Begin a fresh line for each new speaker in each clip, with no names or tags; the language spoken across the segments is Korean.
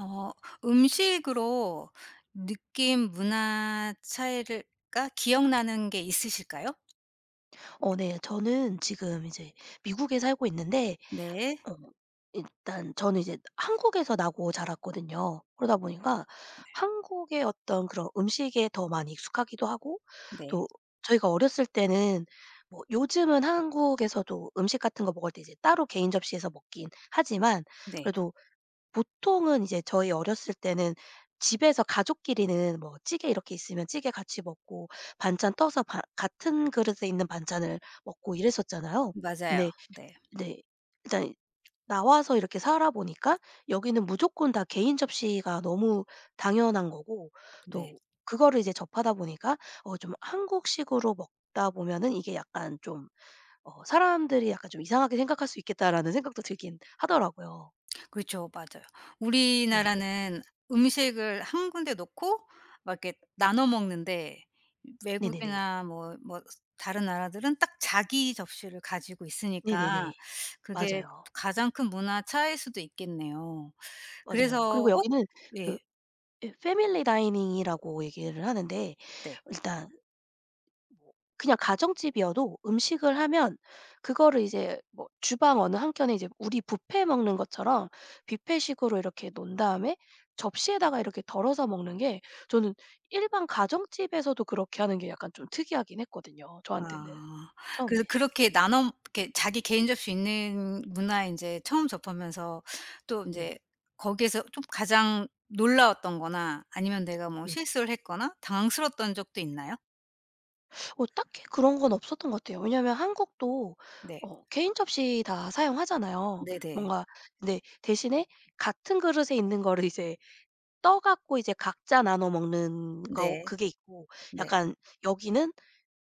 어, 음식으로 느낌, 문화 차이를 가 기억나는 게 있으실까요?
네. 저는 지금 이제 미국에 살고 있는데,
네.
어 일단 저는 이제 한국에서 나고 자랐거든요. 그러다 보니까 한국의 어떤 그런 음식에 더 많이 익숙하기도 하고,
네.
또 저희가 어렸을 때는, 뭐 요즘은 한국에서도 음식 같은 거 먹을 때 이제 따로 개인 접시에서 먹긴 하지만,
네.
그래도 보통은 이제 저희 어렸을 때는 집에서 가족끼리는 뭐 찌개 이렇게 있으면 찌개 같이 먹고, 반찬 떠서 바 같은 그릇에 있는 반찬을 먹고 이랬었잖아요.
맞아요.
근데
네.
이제 일단 나와서 이렇게 살아 보니까 여기는 무조건 다 개인 접시가 너무 당연한 거고,
네.
또 그거를 이제 접하다 보니까, 좀 한국식으로 먹다 보면은 이게 약간 좀, '사람들이 약간 좀 이상하게 생각할 수 있겠다.'라는 생각도 들긴 하더라고요.
그렇죠. 맞아요.
네.
우리나라는 음식을 한 군데 놓고 막 이렇게 나눠 먹는데
네네네.
외국이나 뭐 다른 나라들은 딱 자기 접시를 가지고 있으니까
네네네.
그게
맞아요.
가장 큰 문화 차이일 수도 있겠네요.
맞아요. 그리고
그래서 혹,
여기는 그
예.
예 패밀리 다이닝이라고 얘기를 하는데,
네.
일단 뭐 그냥 가정집이어도 음식을 하면 그거를 이제 뭐 주방 어느 한켠에 이제 우리 뷔페 먹는 것처럼 뷔페식으로 이렇게 놓은 다음에 접시에다가 이렇게 덜어서 먹는 게, 저는 일반 가정집에서도 그렇게 하는 게 약간 좀 특이하긴 했거든요, 저한테는,
아. 그래서
처음에.
그렇게 나눠 이렇게 자기 개인 접수 있는 문화에 인제 처음 접하면서 또 인제
네네.
거기에서 좀 가장 놀라웠던 거나 아니면 내가 뭐
예.
실수를 했거나 당황스러웠던 적도 있나요?
딱히 그런 건 없었던 것 같아요. 왜냐면 한국도,
네.
개인 접시 다 사용하잖아요.
네네.
뭔가, 근데 대신에 같은 그릇에 있는 거를 이제 떠 갖고 이제 각자 나눠 먹는 거
네.
그게 있고,
네.
약간 여기는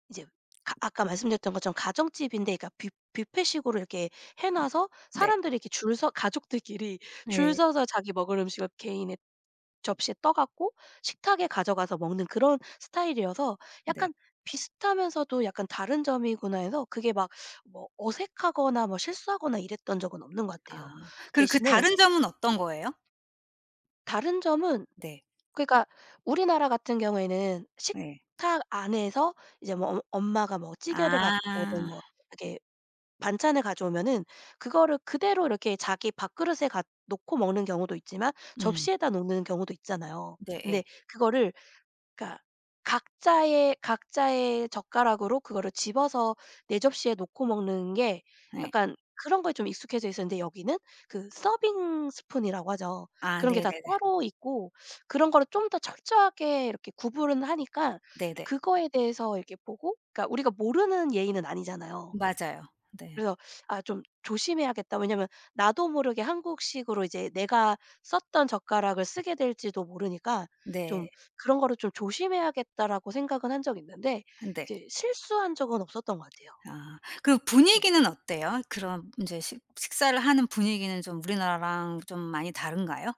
이제, 아 아까 말씀드렸던 것처럼 가정집인데, 그러니까 뷔 뷔페식으로 이렇게 해 놔서
네.
사람들이 이렇게 줄 서, 가족들끼리 줄
네.
서서 자기 먹을 음식을 개인의 접시에 떠 갖고 식탁에 가져가서 먹는 그런 스타일이어서,
네.
약간 비슷하면서도 약간 '다른 점이구나.' 해서 그게 막 뭐 어색하거나 뭐 실수하거나 이랬던 적은 없는 것 같아요.
아. 그리고 그
대신에
다른 점은 어떤 거예요?
다른 점은,
네.
그러니까 우리나라 같은 경우에는
예.
식탁 안에서 이제 뭐 엄 엄마가 뭐 찌개를 갖고 든,
아.
뭐 이렇게 반찬을 가져오면은 그거를 그대로 이렇게 자기 밥그릇에 갖 놓고 먹는 경우도 있지만
음.
접시에다 놓는 경우도 있잖아요.
네.
근데
예.
그거를, 그러니까 각자의 젓가락으로 그거를 집어서 내 접시에 놓고 먹는 게,
예.
약간 그런 거에 좀 익숙해져 있었는데, 여기는 그 서빙 스푼이라고 하죠.
아,
그런 게 다
네네네.
따로 있고 그런 거를 좀 더 철저하게 이렇게 구분을 하니까,
네네.
그거에 대해서 이렇게 보고, 그러니까 우리가 모르는 예의는 아니잖아요.
맞아요. 네.
그래서 '아 좀 조심해야겠다.' 왜냐면 나도 모르게 한국식으로 이제 내가 썼던 젓가락을 쓰게 될지도 모르니까, 좀,
네.
'그런 거를 좀 조심해야겠다.'라고 생각은 한 적이 있는데,
네.
이제 실수한 적은 없었던 것 같아요.
아. 그리고
네.
분위기는 어때요? 그런 인제 식 식사를 하는 분위기는 좀 우리나라랑 좀 많이 다른가요?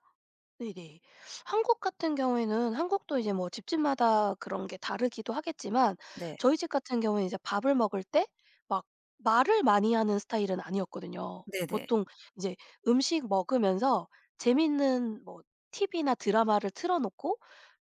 네네. 한국 같은 경우에는, 한국도 이제 뭐 집집마다 그런 게 다르기도 하겠지만,
네.
저희 집 같은 경우에는 이제 밥을 먹을 때 막 말을 많이 하는 스타일은 아니었거든요.
네네.
보통 이제 음식 먹으면서 재밌는 뭐 TV나 드라마를 틀어 놓고,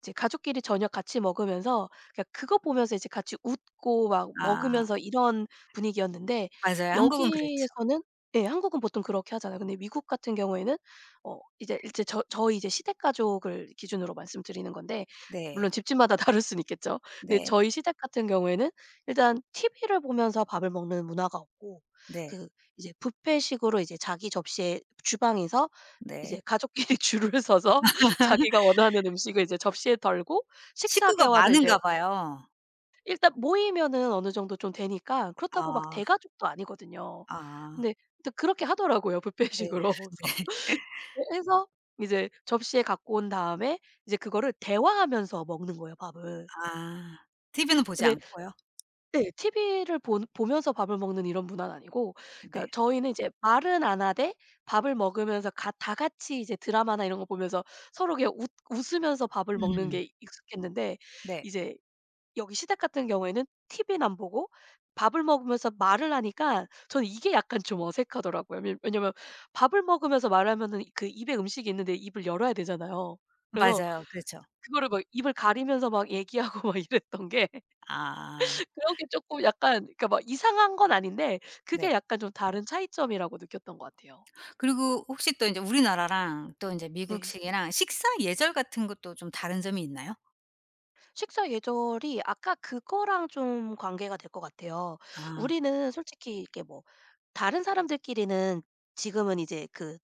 이제 가족끼리 저녁 같이 먹으면서 그냥 그거 보면서 이제 같이 웃고 막
아,
먹으면서 이런 분위기였는데,
맞아요. 한국은 그렇죠.
여기에서는, 예 한국은 보통 그렇게 하잖아요. 근데 미국 같은 경우에는, 이제 저희 이제 시댁 가족을 기준으로 말씀드리는 건데,
네.
물론 집집마다 다를 수는 있겠죠. 근데
네.
저희 시댁 같은 경우에는 일단 TV를 보면서 밥을 먹는 문화가 없고,
네.
그 이제 뷔페식으로 이제 자기 접시에 주방에서
네.
이제 가족끼리 줄을 서서 자기가 원하는 음식을 이제 접시에 덜고 식탁에
식구가
와서 이제,
많은가 봐요.
일단 모이면은 어느 정도 좀 되니까, 그렇다고 막
아.
대가족도 아니거든요.
아.
근데 또 그렇게 하더라고요,
네.
뷔페식으로.
네.
그래서 예 해서, 이제 접시에 갖고 온 다음에 이제 그거를 대화하면서 먹는 거예요, 밥을.
아. TV는 보지
근데
않고요?
네. TV를 본 보면서 밥을 먹는 이런 문화는 아니고, 그러니까
네.
저희는 이제 말은 안 하되 밥을 먹으면서 가 다 같이 이제 드라마나 이런 거 보면서 서로 그냥 웃 웃으면서 밥을 먹는
음.
게 익숙했는데,
네.
이제 여기 시댁 같은 경우에는 TV는 안 보고 밥을 먹으면서 말을 하니까 저는 이게 약간 좀 어색하더라고요. 왜냐면 밥을 먹으면서 말하면은 그 입에 음식이 있는데 입을 열어야 되잖아요. 그래서
맞아요. 그렇죠.
그거를 막 입을 가리면서 막 얘기하고 막 이랬던 게,
아.
그런 게 쪼끔 약간, 그러니까 막 이상한 건 아닌데 그게
네.
약간 좀 다른 차이점이라고 느꼈던 것 같아요.
그리고 혹시 또 인제 우리나라랑 또 인제
네.
미국식이랑 식사 예절 같은 것도 좀 다른 점이 있나요?
식사 예절이 아까 그거랑 좀 관계가 될 것 같아요.
아,
우리는 솔직히 이렇게, 뭐 다른 사람들끼리는 지금은 이제 그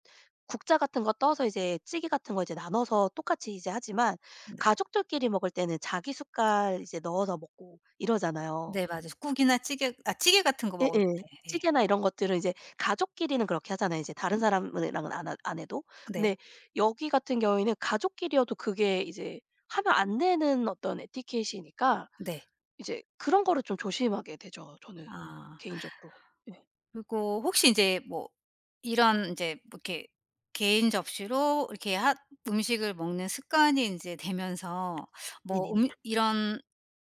국자 같은 거 떠서 이제 찌개 같은 거 이제 나눠서 똑같이 이제 하지만,
네.
가족들끼리 먹을 때는 자기 숟갈 이제 넣어서 먹고 이러잖아요.
네 맞아요. 국이나 찌개 아 찌개 같은 거 먹을
예예.
때. 예.
찌개나 이런 것들은 이제 가족끼리는 그렇게 하잖아요, 이제 다른 사람이랑은 안 해도.
네.
근데 여기 같은 경우에는 가족끼리여도 그게 이제 하면 안 되는 어떤 에티켓이니까,
네.
이제 그런 거를 좀 조심하게 되죠, 저는
아,
개인적으로. 네.
그리고 혹시 인제 뭐 이런 인제 뭐 이렇게 개인 접시로 이렇게 핫 음식을 먹는 습관이 인제 되면서 뭐
네네네.
이런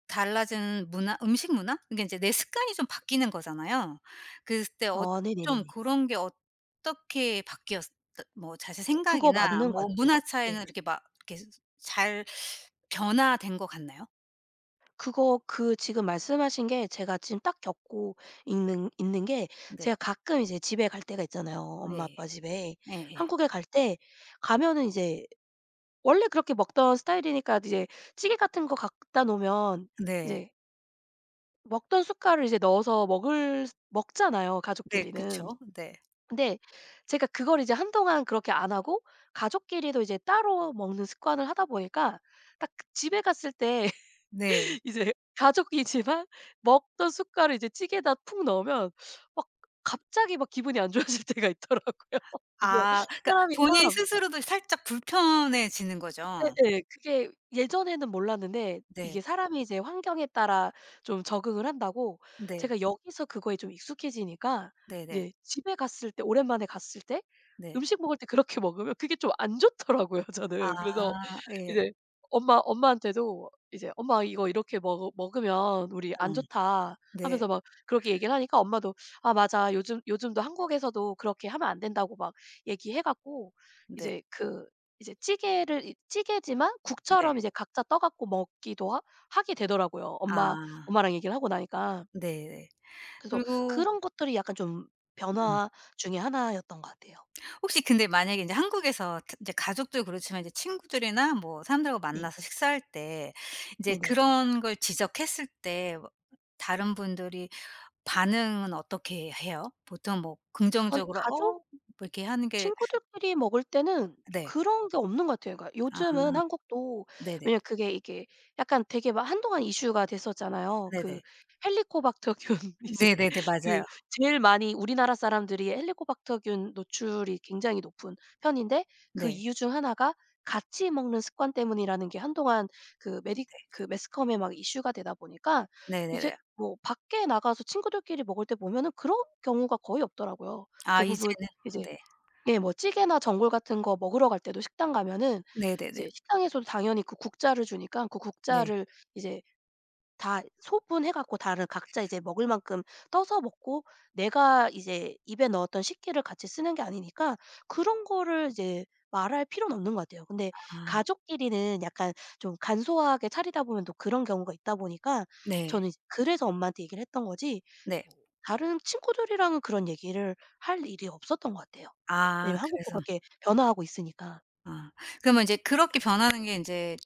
달라진 문화 음식 문화? 그게 이제 내 습관이 좀 바뀌는 거잖아요. 그때 어,
아
좀
네네네네.
그런 게 어떻게 바뀌었, 뭐 자세
그거
생각이나
맞는 것
뭐
같아요.
문화
네.
차이는 이렇게 막 이렇게 잘 변화된 것 같나요?
그거, 그 지금 말씀하신 게 제가 지금 딱 겪고 있는 게,
네.
제가 가끔 이제 집에 갈 때가 있잖아요, 엄마
네.
아빠 집에.
네, 네.
한국에 갈 때, 가면은 이제 원래 그렇게 먹던 스타일이니까 이제 찌개 같은 거 갖다 놓으면
네.
이제 먹던 숟갈을 이제 넣어서 먹을 먹잖아요,
네, 그쵸.
가족끼리는.
네.
근데 제가 그걸 이제 한동안 그렇게 안 하고 가족끼리도 이제 따로 먹는 습관을 하다 보니까, 딱그 집에 갔을 때
네.
이제 가족이지만 먹던 숟갈을 이제 찌개에다 푹 넣으면 막 갑자기 막 기분이 안 좋아질 때가 있더라고요. 이게
아, 그러니까
사람이
본인
참,
스스로도 살짝 불편해지는 거죠.
예예. 그게 예전에는 몰랐는데
네.
이게 사람이 이제 환경에 따라 좀 적응을 한다고,
네.
제가 여기서 그거에 좀 익숙해지니까
네네. 네.
이제 집에 갔을 때, 오랜만에 갔을 때
네.
음식 먹을 때 그렇게 먹으면 그게 좀 안 좋더라고요,
아
저는. 그래서
예.
이제 엄마한테도 이제 "엄마 이거 이렇게 먹으면 우리 안
음.
좋다."
네.
하면서 막 그렇게 얘기를 하니까 엄마도 "아 맞아. 요즘도 한국에서도 그렇게 하면 안 된다."고 막 얘기해 갖고,
네.
이제 그, 이제 찌개를 이 찌개지만
네.
국처럼 이제 각자 떠 갖고 먹기도 하 하게 되더라고요, 엄마
아.
엄마랑 얘기를 하고 나니까.
네네.
그래서
그리고
그런 것들이 약간 좀
음
변화 중에 하나였던 것 같아요.
혹시 근데 만약에 인제 한국에서 특 이제 가족도 그렇지만 이제 친구들이나 뭐 사람들하고
네.
만나서 식사할 때 이제
네네.
그런 걸 지적했을 때 뭐 다른 분들이 반응은 어떻게 해요? 보통 뭐
아니,
긍정적으로 "어?"
가족
뭐 이렇게 하는 게.
친구들끼리 먹을 때는
네.
그런 게 없는 것 같아요. 그러니까
아
요즘은 한국도,
네네.
왜냐면 그게 이게 약간 되게 막 한동안 이슈가 됐었잖아요. 그
네네.
헬리코박터균 이제,
네네네. 맞아요.
그 제일 많이 우리나라 사람들이 헬리코박터균 노출이 굉장히 높은 편인데, 그
네.
이유 중 하나가 같이 먹는 습관 때문이라는 게 한동안 그 메디 그 매스컴에 막 이슈가 되다 보니까, 이제
네네네.
뭐 밖에 나가서 친구들끼리 먹을 때 보면은 그런 경우가 거의 없더라고요.
아
대부분
이제는.
이제,
네.
예 뭐 찌개나 전골 같은 거 먹으러 갈 때도 식당 가면은
네네네.
이제 식당에서도 당연히 그 국자를 주니까, 그
네.
국자를 이제 다 소분해 갖고 다른 각자 이제 먹을 만큼 떠서 먹고, 내가 이제 입에 넣었던 식기를 같이 쓰는 게 아니니까, 그런 거를 이제 말할 필요는 없는 것 같아요. 근데
아
가족끼리는 약간 좀 간소하게 차리다 보면 또 그런 경우가 있다 보니까
네.
저는 이제 그래서 엄마한테 얘기를 했던 거지,
네.
뭐 다른 친구들이랑은 그런 얘기를 할 일이 없었던 것 같아요.
아
왜냐면 한국도
그래서.
그렇게 변화하고 있으니까.
아. 그러면 이제 그렇게 변하는 게 인제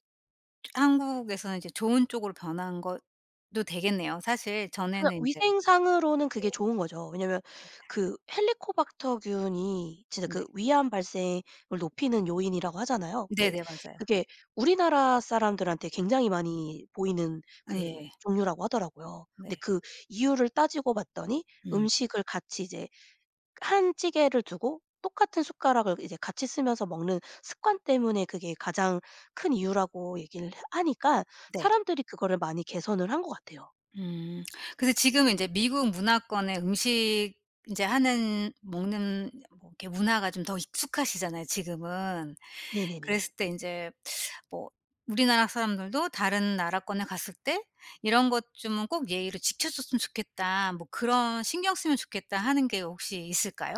한국에서는 이제 좋은 쪽으로 변한 것도 되겠네요. 사실
그냥
전에는 인제, 네.
위생상으로는 그게 좋은 거죠. 왜냐면 그 헬리코박터균이 진짜
네.
그 위암 발생을 높이는 요인이라고 하잖아요. 근데
네네. 맞아요.
그게 우리나라 사람들한테 굉장히 많이 보이는 그
예.
종류라고 하더라고요. 근데
네.
그 이유를 따지고 봤더니,
음.
음식을 같이 이제 한 찌개를 두고 똑같은 숟가락을 이제 같이 쓰면서 먹는 습관 때문에 그게 가장 큰 이유라고 얘기를 하니까,
네.
사람들이 그거를 많이 개선을 한 것 같아요.
음. 근데 지금은 제 미국 문화권의 음식 이제 하는 먹는 뭐 이렇게 문화가 좀 더 익숙하시잖아요 지금은.
네네네.
그랬을 때 인제 뭐 우리나라 사람들도 다른 나라권에 갔을 때 '이런 것 좀은 꼭 예의를 지켜 줬으면 좋겠다.' 뭐 '그런 신경 쓰면 좋겠다.' 하는 게 혹시 있을까요?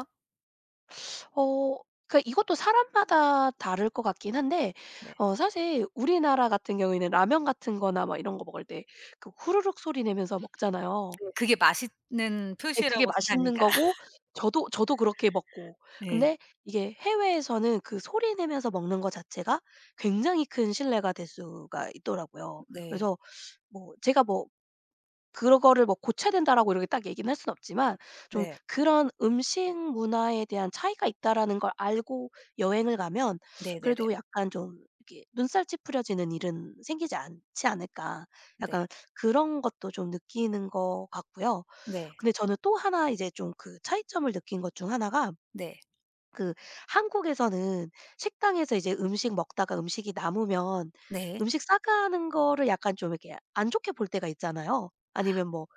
어 그러니까 이것도 사람마다 다를 것 같긴 한데,
네.
사실 우리나라 같은 경우에는 라면 같은 거나 막 이런 거 먹을 때 그 후루룩 소리 내면서 먹잖아요.
네. 그게 맛있는
근데 그게
표시라고
맛있는
생각하니까.
거고, 저도 그렇게 먹고.
네,
근데 이게 해외에서는 그 소리 내면서 먹는 거 자체가 굉장히 큰 신뢰가 될 수가 있더라고요.
네.
그래서 뭐 제가 뭐 그거를 뭐 고쳐야 된다라고 이렇게 딱 얘기는 할 수는 없지만, 좀
네.
그런 '음식 문화에 대한 차이가 있다.'라는 걸 알고 여행을 가면
네네네.
그래도 약간 좀 이렇게 눈살 찌푸려지는 일은 생기지 않지 않을까,
네.
약간 그런 것도 좀 느끼는 것 같고요.
네.
근데 저는 또 하나 이제 좀 그 차이점을 느낀 것 중 하나가,
네.
그 한국에서는 식당에서 이제 음식 먹다가 음식이 남으면
네.
음식 싸가는 거를 약간 좀 이렇게 안 좋게 볼 때가 있잖아요. 아니면 뭐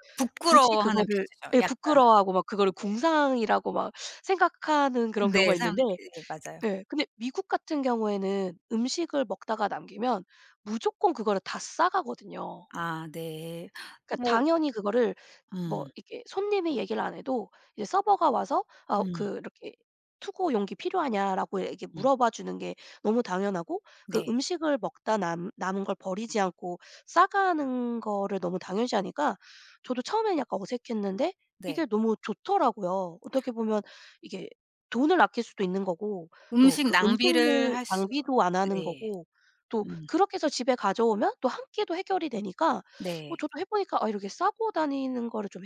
굳이
부끄러워하는
그거를,
표시죠
예
약간.
부끄러워하고 막 그거를
네.
궁상이라고 막 생각하는 그런
네.
경우가
상,
있는데,
네 맞아요.
예 근데 미국 같은 경우에는 음식을 먹다가 남기면 무조건 그거를 다 싸가거든요.
아 네.
그러니까
뭐
당연히 그거를 뭐
음.
이렇게 손님이 얘기를 안 해도 이제 서버가 와서, 아
음.
그 이렇게 "투고 용기 필요하냐?"라고 이렇게
음.
물어봐 주는 게 너무 당연하고, 그
네.
음식을 먹다 남 남은 걸 버리지 않고 싸가는 거를 너무 당연시하니까 저도 처음에는 약간 어색했는데
네.
이게 너무 좋더라고요. 어떻게 보면 이게 돈을 아낄 수도 있는 거고, 또
음식
그
낭비를
음식물
할 수.
낭비도 안 하는
네.
거고, 또
음.
그렇게 해서 집에 가져오면 또 한 끼도 해결이 되니까,
네.
저도 해 보니까 '아 이렇게 싸고 다니는 거를 좀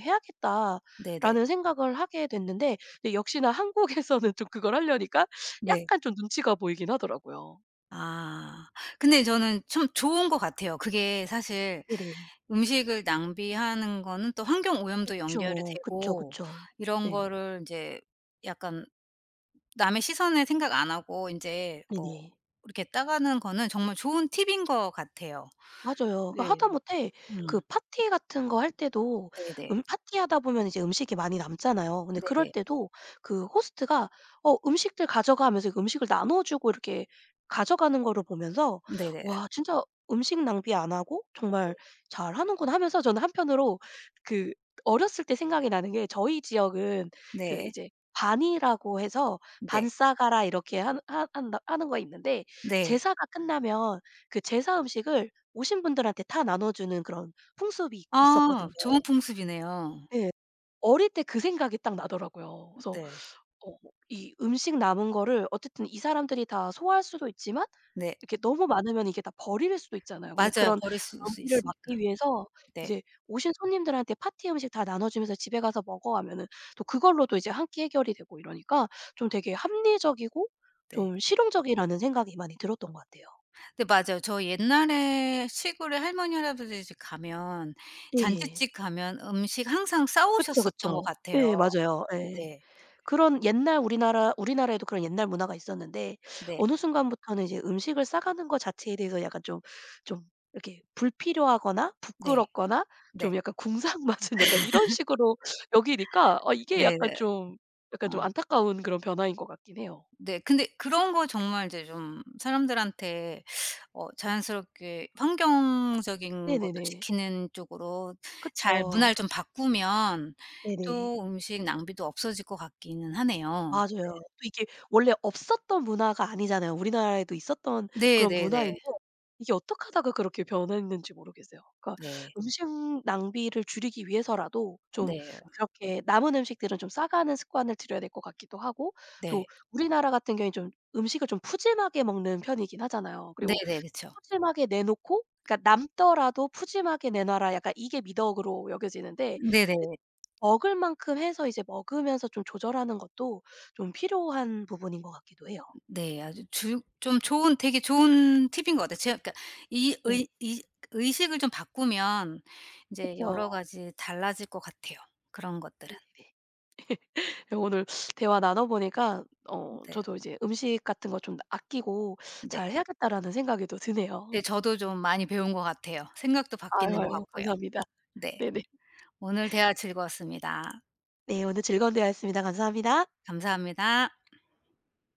네네.
해야겠다.'라는 생각을 하게 됐는데, 근데 역시나 한국에서는 좀 그걸 하려니까
네.
약간 좀 눈치가 보이긴 하더라고요.
아. 근데 저는 참 좋은 것 같아요. 그게 사실
네네.
음식을 낭비하는 거는 또 환경 오염도 연결이
그쵸. 그쵸,
되고,
그쵸.
이런
네.
거를 인제 약간 남의 시선을 생각 안 하고 인제 뭐
네네.
이렇게 따가는 거는 정말 좋은 팁인 것 같아요.
맞아요. 그
네.
하다못해 그
음.
파티 같은 거 할 때도,
네네.
파티하다 보면 이제 음식이 많이 남잖아요. 근데 그럴
네네.
때도 그 호스트가 음식들 가져가 하면서 음식을 나눠 주고 이렇게 가져가는 거를 보면서,
네네.
'와 진짜 음식 낭비 안 하고
네.
정말 잘하는구나.' 하면서, 저는 한편으로 그 어렸을 때 생각이 나는 게, 저희 지역은 그
네.
이제 반이라고 해서 "반
네.
싸가라." 이렇게 한 하 한다 하는 거 있는데,
네.
제사가 끝나면 그 제사 음식을 오신 분들한테 다 나눠 주는 그런 풍습이
아,
있었거든요.
좋은 풍습이네요.
예. 어릴 때 그 생각이 딱 나더라고요. 그래서
네.
어 이 음식 남은 거를 어쨌든 이 사람들이 다 소화할 수도 있지만
네.
이렇게 너무 많으면 이게 다 버릴 수도 있잖아요. 근데
맞아요.
그런
버릴 수 수
낭비를
있으니까.
막기 위해서
네.
이제 오신 손님들한테 파티 음식 다 나눠 주면서 "집에 가서 먹어." 하면은 또 그걸로도 이제 한 끼 해결이 되고 이러니까, 좀 되게 합리적이고
네.
좀 실용적이라는 생각이 많이 들었던 것 같아요.
네 맞아요. 저 옛날에 시골에 할머니 할아버지 집 가면
예.
잔칫집 가면 음식 항상 싸
그쵸,
오셨었던 것
그쵸.
같아요.
예 맞아요. 예.
네.
그런 옛날 우리나라에도 그런 옛날 문화가 있었는데,
네.
어느 순간부터는 이제 음식을 싸가는 것 자체에 대해서 약간 좀 이렇게 불필요하거나
네.
부끄럽거나
네.
좀 약간 궁상맞은 약간 이런 식으로 여기니까, 이게 약간
네네.
좀 약간
어.
좀 안타까운 그런 변화인 것 같긴 해요.
네. 근데 그런 거 정말 이제 좀 사람들한테 어 자연스럽게 환경적인 것도
네네네.
지키는 쪽으로 잘
그쵸.
문화를 좀 바꾸면
네네.
또 음식 낭비도 없어질 것 같기는 하네요.
맞아요. 또 이게 원래 없었던 문화가 아니잖아요. 우리나라에도 있었던 그런
네네네.
문화인데 이게 어떻게 하다가 그렇게 변했는지 모르겠어요. 그러니까
네.
음식 낭비를 줄이기 위해서라도 좀
네.
그렇게 남은 음식들은 좀 싸가는 습관을 들여야 될 것 같기도 하고, 또
네.
우리나라 같은 경우에는 좀 음식을 좀 푸짐하게 먹는 편이긴 하잖아요. 그리고
네네. 그쵸.
푸짐하게 내놓고, 그러니까 남더라도 푸짐하게 내놔라 약간 이게 미덕으로 여겨지는데,
네네.
먹을 만큼 해서 이제 먹으면서 좀 조절하는 것도 좀 필요한 부분인 것 같기도 해요.
네. 아주 주 좀 좋은 되게 좋은 팁인 것 같아요. 제가 그러니까 이
네.
의 이 의식을 좀 바꾸면 이제
그쵸.
여러 가지 달라질 것 같아요, 그런 것들은.
네네네. 예 오늘 대화 나눠 보니까
네.
저도 이제 '음식 같은 거 좀 아끼고
네.
잘 해야겠다.'라는 생각이 또 드네요.
네. 저도 좀 많이 배운 것 같아요. 생각도
아유,
바뀌는 것
아유
같고요.
감사합니다.
네.
네네.
오늘 대화 즐거웠습니다.
네 오늘 즐거운 대화였습니다. 감사합니다.
감사합니다.